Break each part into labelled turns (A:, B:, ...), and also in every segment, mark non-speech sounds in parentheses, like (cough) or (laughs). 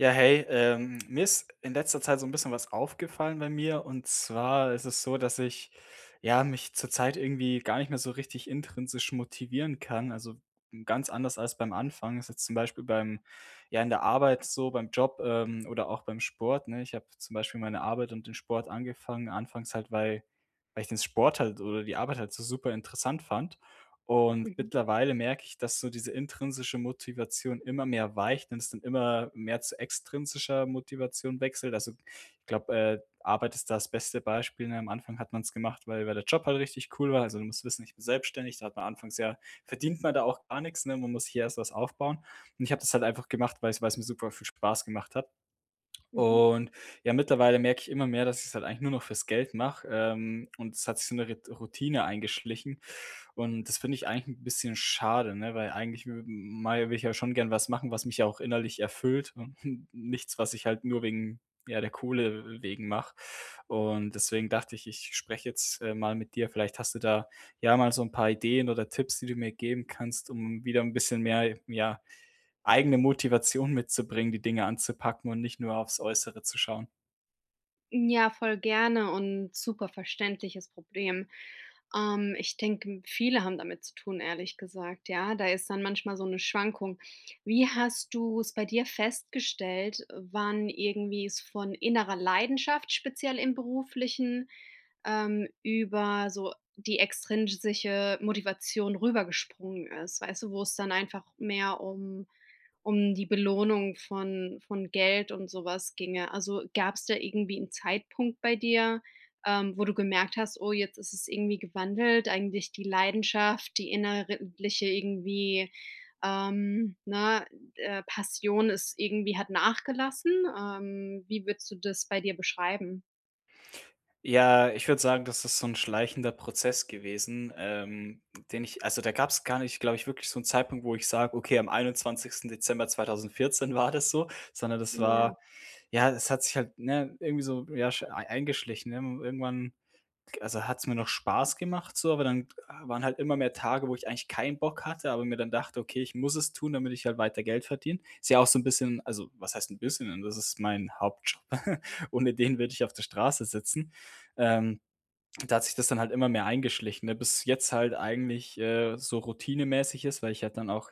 A: Ja, hey, mir ist in letzter Zeit so ein bisschen was aufgefallen bei mir. Und zwar ist es so, dass ich, ja, mich zurzeit irgendwie gar nicht mehr so richtig intrinsisch motivieren kann. Also, ganz anders als beim Anfang. Ist jetzt zum Beispiel in der Arbeit so, beim Job, oder auch beim Sport, ne? Ich habe zum Beispiel meine Arbeit und den Sport angefangen, anfangs halt, weil ich den Sport halt oder die Arbeit halt so super interessant fand. Und
B: Mhm,
A: mittlerweile merke ich, dass so diese intrinsische Motivation immer mehr weicht und es dann immer mehr zu extrinsischer Motivation wechselt. Also, ich glaube, Arbeit ist da das beste Beispiel, ne? Am Anfang hat man es gemacht, weil der Job halt richtig cool war. Also, du musst wissen, ich bin selbstständig, da hat man anfangs ja verdient man da auch gar nichts, ne? Man muss hier erst was aufbauen. Und ich habe das halt einfach gemacht, weil es mir super viel Spaß gemacht hat.
B: mhm.
A: Und ja, mittlerweile merke ich immer mehr, dass ich es halt eigentlich nur noch fürs Geld mache, und es hat sich so eine Rit Routine eingeschlichen. Und das finde ich eigentlich ein bisschen schade, ne, weil eigentlich wü mal will ich ja schon gern was machen, was mich ja auch innerlich erfüllt und (laughs) nichts, was ich halt nur wegen ja, der Kohle wegen mache. Und deswegen dachte ich, ich spreche jetzt, mal mit dir. Vielleicht hast du da, ja, mal so ein paar Ideen oder Tipps, die du mir geben kannst, um wieder ein bisschen mehr, ja, eigene Motivation mitzubringen, die Dinge anzupacken und nicht nur aufs Äußere zu schauen.
B: Ja, voll gerne und super verständliches Problem. Ich denke, viele haben damit zu tun, ehrlich gesagt. Ja, da ist dann manchmal so eine Schwankung. Wie hast du es bei dir festgestellt, wann irgendwie es von innerer Leidenschaft, speziell im Beruflichen, über so die extrinsische Motivation rübergesprungen ist? Weißt du, wo es dann einfach mehr um die Belohnung von Geld und sowas ginge. Also, gab es da irgendwie einen Zeitpunkt bei dir, wo du gemerkt hast: „Oh, jetzt ist es irgendwie gewandelt, eigentlich die Leidenschaft, die innerliche irgendwie, ne, Passion ist irgendwie hat nachgelassen?“ Wie würdest du das bei dir beschreiben?
A: Ja, ich würde sagen, das ist so ein schleichender Prozess gewesen, den ich also, da gab es gar nicht, glaube ich, wirklich so einen Zeitpunkt, wo ich sage: „Okay, am 21. Dezember 2014 war das so", sondern das
B: Ja.
A: war ja, es hat sich halt, ne, irgendwie so, ja, eingeschlichen, ne? Irgendwann also, hat es mir noch Spaß gemacht so, aber dann waren halt immer mehr Tage, wo ich eigentlich keinen Bock hatte, aber mir dann dachte: „Okay, ich muss es tun, damit ich halt weiter Geld verdiene." Ist ja auch so ein bisschen, also, was heißt ein bisschen? Das ist mein Hauptjob. (laughs) Ohne den würde ich auf der Straße sitzen. Ähm, Da hat sich das dann halt immer mehr eingeschlichen, ne, bis jetzt halt eigentlich, so routinemäßig ist, weil ich halt dann auch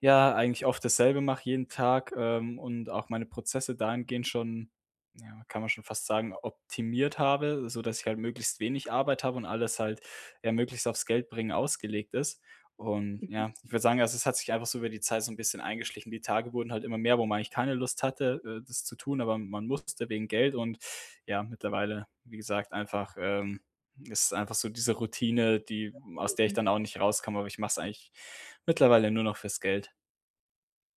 A: ja, eigentlich oft dasselbe mache jeden Tag, und auch meine Prozesse dahingehend schon, ja, kann man schon fast sagen, optimiert habe, so dass ich halt möglichst wenig Arbeit habe und alles halt, ja, möglichst aufs Geld bringen ausgelegt ist. Und ja, ich würde sagen, also es hat sich einfach so über die Zeit so ein bisschen eingeschlichen. Die Tage wurden halt immer mehr, wo man eigentlich keine Lust hatte, das zu tun, aber man musste wegen Geld und ja, mittlerweile, wie gesagt, einfach, ist einfach so diese Routine, die aus der ich
B: Mhm.
A: dann auch nicht rauskomme, aber ich mache es eigentlich mittlerweile nur noch fürs Geld.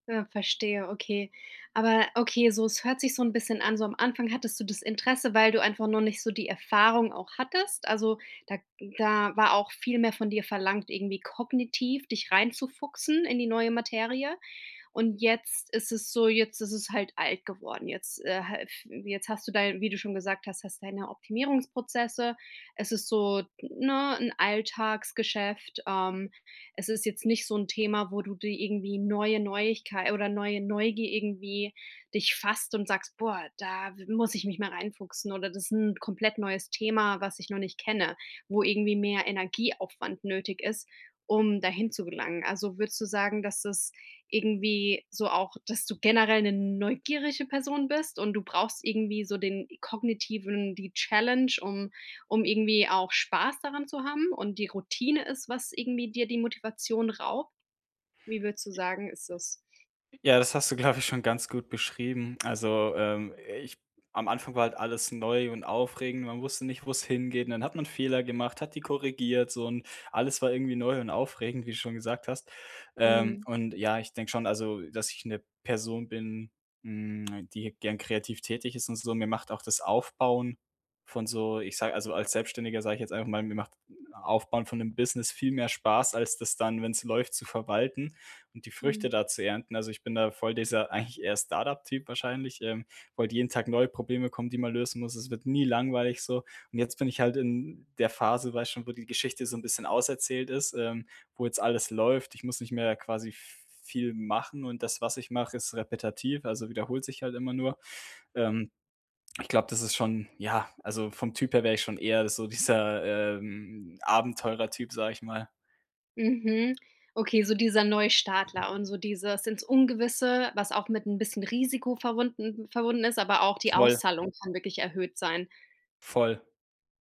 B: Ja, verstehe, okay. Aber okay, so es hört sich so 'n bisschen an, so am Anfang hattest du das Interesse, weil du einfach noch nicht so die Erfahrung auch hattest. Also, da da war auch viel mehr von dir verlangt, irgendwie kognitiv dich reinzufuchsen in die neue Materie. Und jetzt ist es so, jetzt ist es halt alt geworden. Jetzt, ha f jetzt hast du dein, wie du schon gesagt hast, hast deine Optimierungsprozesse. Es ist so, ne, ein Alltagsgeschäft. Es ist jetzt nicht so ein Thema, wo du dir irgendwie neue Neuigkeit oder neue Neugier irgendwie dich fasst und sagst: „Boah, da muss ich mich mal reinfuchsen“ oder das ist ein komplett neues Thema, was ich noch nicht kenne, wo irgendwie mehr Energieaufwand nötig ist, um dahin zu gelangen. Also, würdest du sagen, dass das irgendwie so auch, dass du generell eine neugierige Person bist und du brauchst irgendwie so den kognitiven, die Challenge, um irgendwie auch Spaß daran zu haben und die Routine ist, was irgendwie dir die Motivation raubt? Wie würdest du sagen, ist das?
A: Ja, das hast du, glaube ich, schon ganz gut beschrieben. Also, ich am Anfang war halt alles neu und aufregend. Man wusste nicht, wo's hingeht. Und dann hat man Fehler gemacht, hat die korrigiert, so, und alles war irgendwie neu und aufregend, wie du schon gesagt hast. Ähm,
B: Mhm,
A: und ja, ich denke schon, also, dass ich eine Person bin, die gern kreativ tätig ist und so. Mir macht auch das Aufbauen von so, ich sage also, als Selbstständiger sage ich jetzt einfach mal, mir macht Aufbauen von 'nem Business viel mehr Spaß, als das dann, wenn es läuft, zu verwalten und die Früchte
B: mhm.
A: da zu ernten. Also, ich bin da voll dieser (laughs) eigentlich eher Start-up-Typ wahrscheinlich, wo halt jeden Tag neue Probleme kommen, die man lösen muss. Es wird nie langweilig so. Und jetzt bin ich halt in der Phase, weißt schon, wo die Geschichte so ein bisschen auserzählt ist, wo jetzt alles läuft. Ich muss nicht mehr quasi viel machen und das, was ich mache, ist repetitiv, also wiederholt sich halt immer nur. Ähm, ich glaube, das ist schon, ja, also vom Typ her wäre ich schon eher so dieser, Abenteurer-Typ, sag ich mal.
B: Mhm. Okay, so dieser Neustartler und so dieses ins Ungewisse, was auch mit ein bisschen Risiko verwunden verbunden ist, aber auch die
A: Voll,
B: Auszahlung kann wirklich erhöht sein.
A: voll.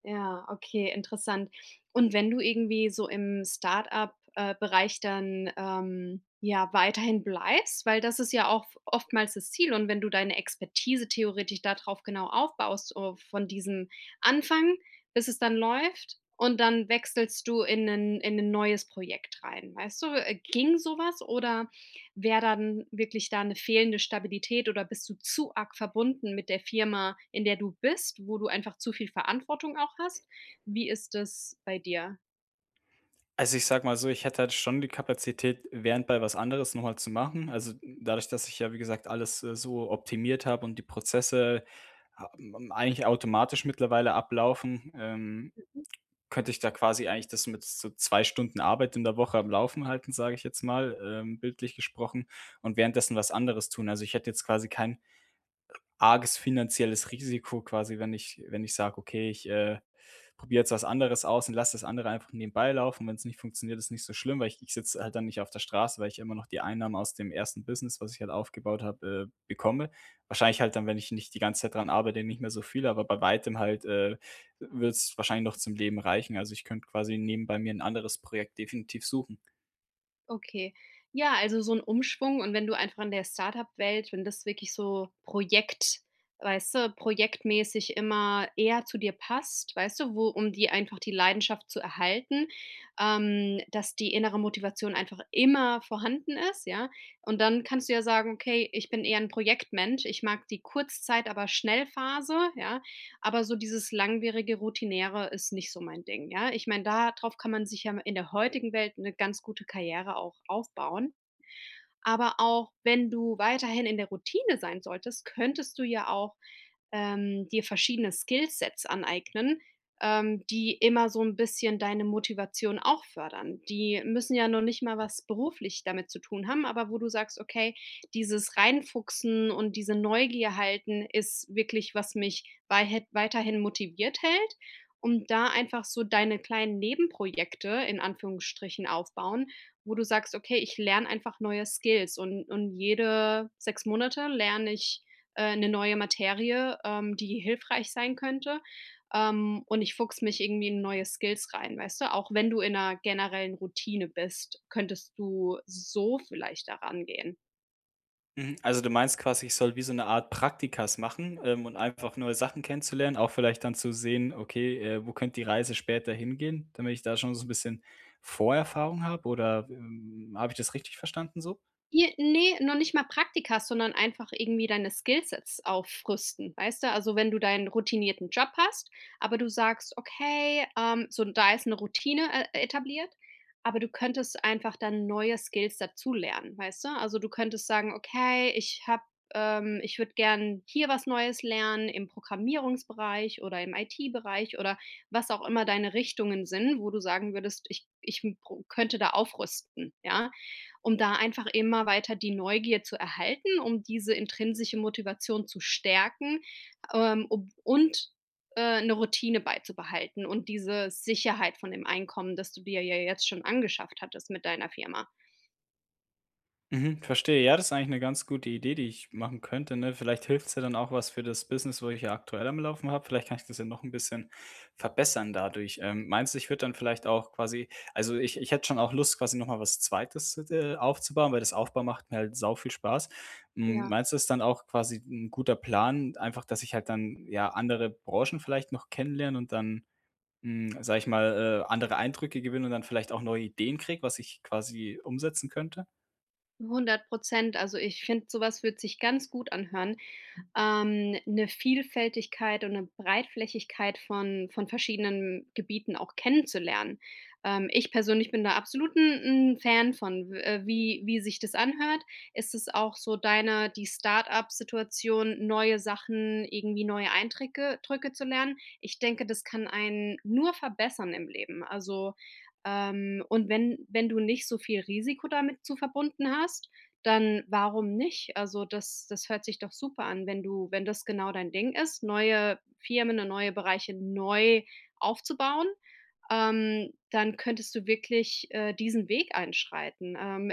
B: Ja, okay, interessant. Und wenn du irgendwie so im Start-up- Bereich dann, ja, weiterhin bleibst, weil das ist ja auch oftmals das Ziel, und wenn du deine Expertise theoretisch da drauf genau aufbaust, o von diesem Anfang, bis es dann läuft, und dann wechselst du in ein neues Projekt rein, weißt du? Ging sowas, oder wäre dann wirklich da eine fehlende Stabilität oder bist du zu arg verbunden mit der Firma, in der du bist, wo du einfach zu viel Verantwortung auch hast? Wie ist das bei dir?
A: Also, ich sag mal so, ich hätte halt schon die Kapazität, währendbei was anderes noch mal zu machen. Also, dadurch, dass ich, ja, wie gesagt, alles, so optimiert habe und die Prozesse ha m eigentlich automatisch mittlerweile ablaufen, könnte ich da quasi eigentlich das mit so 2 Stunden Arbeit in der Woche am Laufen halten, sage ich jetzt mal, bildlich gesprochen, und währenddessen was anderes tun. Also, ich hätte jetzt quasi keinen arges finanzielles Risiko quasi, wenn ich sage: „Okay, ich, probiere jetzt was anderes aus und lasse das andere einfach nebenbei laufen. Wenn es nicht funktioniert, ist nicht so schlimm", weil ich sitze halt dann nicht auf der Straße, weil ich immer noch die Einnahmen aus dem ersten Business, was ich halt aufgebaut habe, bekomme. Wahrscheinlich halt dann, wenn ich nicht die ganze Zeit dran arbeite, nicht mehr so viel, aber bei weitem halt, wird es wahrscheinlich noch zum Leben reichen. Also, ich könnte quasi nebenbei mir ein anderes Projekt definitiv suchen.
B: Okay. Ja, also so 'n Umschwung, und wenn du einfach in der Start-up-Welt, wenn das wirklich so projekt-, weißt du, projektmäßig immer eher zu dir passt, weißt du, wo um die einfach die Leidenschaft zu erhalten, dass die innere Motivation einfach immer vorhanden ist, ja? Und dann kannst du ja sagen: „Okay, ich bin eher 'n Projektmensch. Ich mag die Kurzzeit, aber Schnellphase, ja? Aber so dieses langwierige, routiniere ist nicht so mein Ding, ja? Ich meine, darauf kann man sich ja in der heutigen Welt eine ganz gute Karriere auch aufbauen. Aber auch wenn du weiterhin in der Routine sein solltest, könntest du ja auch, dir verschiedene Skillsets aneignen, die immer so ein bisschen deine Motivation auch fördern. Die müssen ja noch nicht mal was beruflich damit zu tun haben, aber wo du sagst: „Okay, dieses Reinfuchsen und diese Neugier halten ist wirklich, was mich weihet weiterhin motiviert hält.“ Und da einfach so deine kleinen Nebenprojekte in Anführungsstrichen aufbauen, wo du sagst: „Okay, ich lerne einfach neue Skills, und jede 6 Monate lerne ich, 'ne neue Materie, die hilfreich sein könnte, und ich fuchse mich irgendwie in neue Skills rein“, weißt du? Auch wenn du in einer generellen Routine bist, könntest du so vielleicht daran gehen.
A: Mhm. Also, du meinst quasi, ich soll wie so eine Art Praktikas machen, und einfach neue Sachen kennenzulernen, auch vielleicht dann zu sehen, okay, wo könnte die Reise später hingehen, damit ich da schon so ein bisschen Vorerfahrung habe oder, habe ich das richtig verstanden so?
B: J ne, noch nicht mal Praktika, sondern einfach irgendwie deine Skillsets aufrüsten, weißt du? Also, wenn du deinen routinierten Job hast, aber du sagst: „Okay, so da ist eine Routine, etabliert“, aber du könntest einfach dann neue Skills dazulernen, weißt du? Also, du könntest sagen: „Okay, ich habe ich würde gern hier was Neues lernen im Programmierungsbereich oder im IT-Bereich“ oder was auch immer deine Richtungen sind, wo du sagen würdest: „Ich m pro könnte da aufrüsten“, ja? Um da einfach immer weiter die Neugier zu erhalten, um diese intrinsische Motivation zu stärken, ob und, 'ne Routine beizubehalten und diese Sicherheit von dem Einkommen, das du dir ja jetzt schon angeschafft hattest mit deiner Firma.
A: Mhm, verstehe. Ja, das ist eigentlich eine ganz gute Idee, die ich machen könnte, ne? Vielleicht hilft's ja dann auch was für das Business, wo ich ja aktuell am Laufen habe. Vielleicht kann ich das ja noch ein bisschen verbessern dadurch. Meinst du, ich würde dann vielleicht auch quasi, also, ich hätte schon auch Lust, quasi noch mal was zweites aufzubauen, weil das Aufbau macht mir halt sau viel Spaß. Hm,
B: Ja,
A: meinst du, es ist dann auch quasi ein guter Plan, einfach, dass ich halt dann, ja, andere Branchen vielleicht noch kennenlerne und dann, sage ich mal, andere Eindrücke gewinne und dann vielleicht auch neue Ideen kriege, was ich quasi umsetzen könnte?
B: hundert Prozent. Also, ich finde, sowas wird sich ganz gut anhören. 'Ne Vielfältigkeit und eine Breitflächigkeit von verschiedenen Gebieten auch kennenzulernen. Ich persönlich bin da absolut ein 'n Fan von, w wie wie sich das anhört. Ist es auch so deine, die Start-up-Situation, neue Sachen, irgendwie neue Eindrücke Drücke zu lernen? Ich denke, das kann einen nur verbessern im Leben. Also, und wenn du nicht so viel Risiko damit zu verbunden hast, dann warum nicht? Also, das hört sich doch super an, wenn du, wenn das genau dein Ding ist, neue Firmen und neue Bereiche neu aufzubauen, dann könntest du wirklich, diesen Weg einschreiten. Ähm,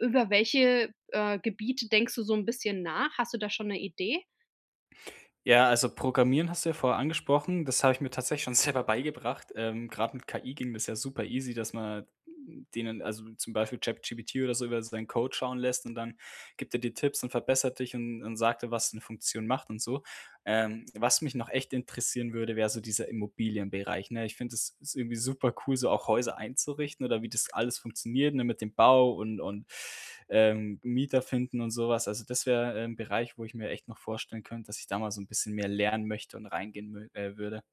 B: über welche, Gebiete denkst du so ein bisschen nach? Hast du da schon eine Idee?
A: Ja, also Programmieren hast du ja vorher angesprochen. Das habe ich mir tatsächlich schon (laughs) selber beigebracht. Grad mit KI ging das ja super easy, dass man denen, also zum Beispiel ChatGPT, oder so über seinen Code schauen lässt und dann gibt er dir Tipps und verbessert dich und sagt dir, was eine Funktion macht und so. Was mich noch echt interessieren würde, wäre so dieser Immobilienbereich, ne? Ich finde, es ist irgendwie super cool, so auch Häuser einzurichten oder wie das alles funktioniert, ne, mit dem Bau Mieter finden und sowas. Also, das wäre, 'n Bereich, wo ich mir echt noch vorstellen könnte, dass ich da mal so ein bisschen mehr lernen möchte und reingehen mö würde.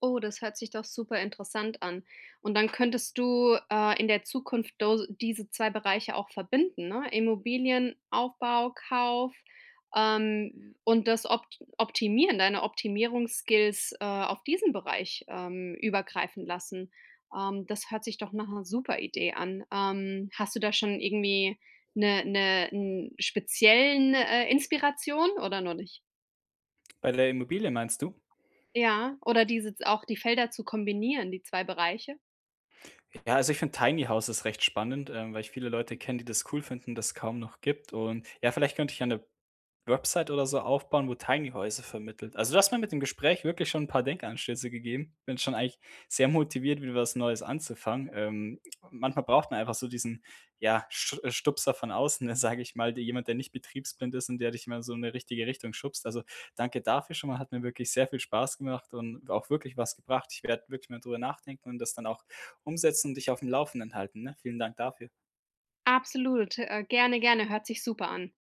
B: Oh, das hört sich doch super interessant an. Und dann könntest du, in der Zukunft do diese 2 Bereiche auch verbinden, ne? Immobilienaufbau, Kauf, und das optimieren, deine Optimierungsskills, auf diesen Bereich, übergreifen lassen. Das hört sich doch nach einer super Idee an. Hast du da schon irgendwie eine 'ne 'n speziellen, Inspiration oder noch nicht?
A: Bei der Immobilie meinst du?
B: Ja, oder diese auch die Felder zu kombinieren, die 2 Bereiche?
A: Ja, also, ich finde, Tiny House ist recht spannend, weil ich viele Leute kenne, die das cool finden, das kaum noch gibt, und ja, vielleicht könnte ich ja 'ne Website oder so aufbauen, wo Tiny Häuser vermittelt. Also, du hast mir mit dem Gespräch wirklich schon ein paar Denkanstöße gegeben. Bin schon eigentlich sehr motiviert, wieder was Neues anzufangen. Manchmal braucht man einfach so diesen, ja, Stupser von außen, (laughs) ne, sage ich mal, der, jemand, der nicht betriebsblind ist und der dich mal so in eine richtige Richtung schubst. Also, danke dafür schon mal, hat mir wirklich sehr viel Spaß gemacht und auch wirklich was gebracht. Ich werde wirklich mal drüber nachdenken und das dann auch umsetzen und dich auf dem Laufenden halten, ne? Vielen Dank dafür.
B: Absolut, gerne, gerne, hört sich super an.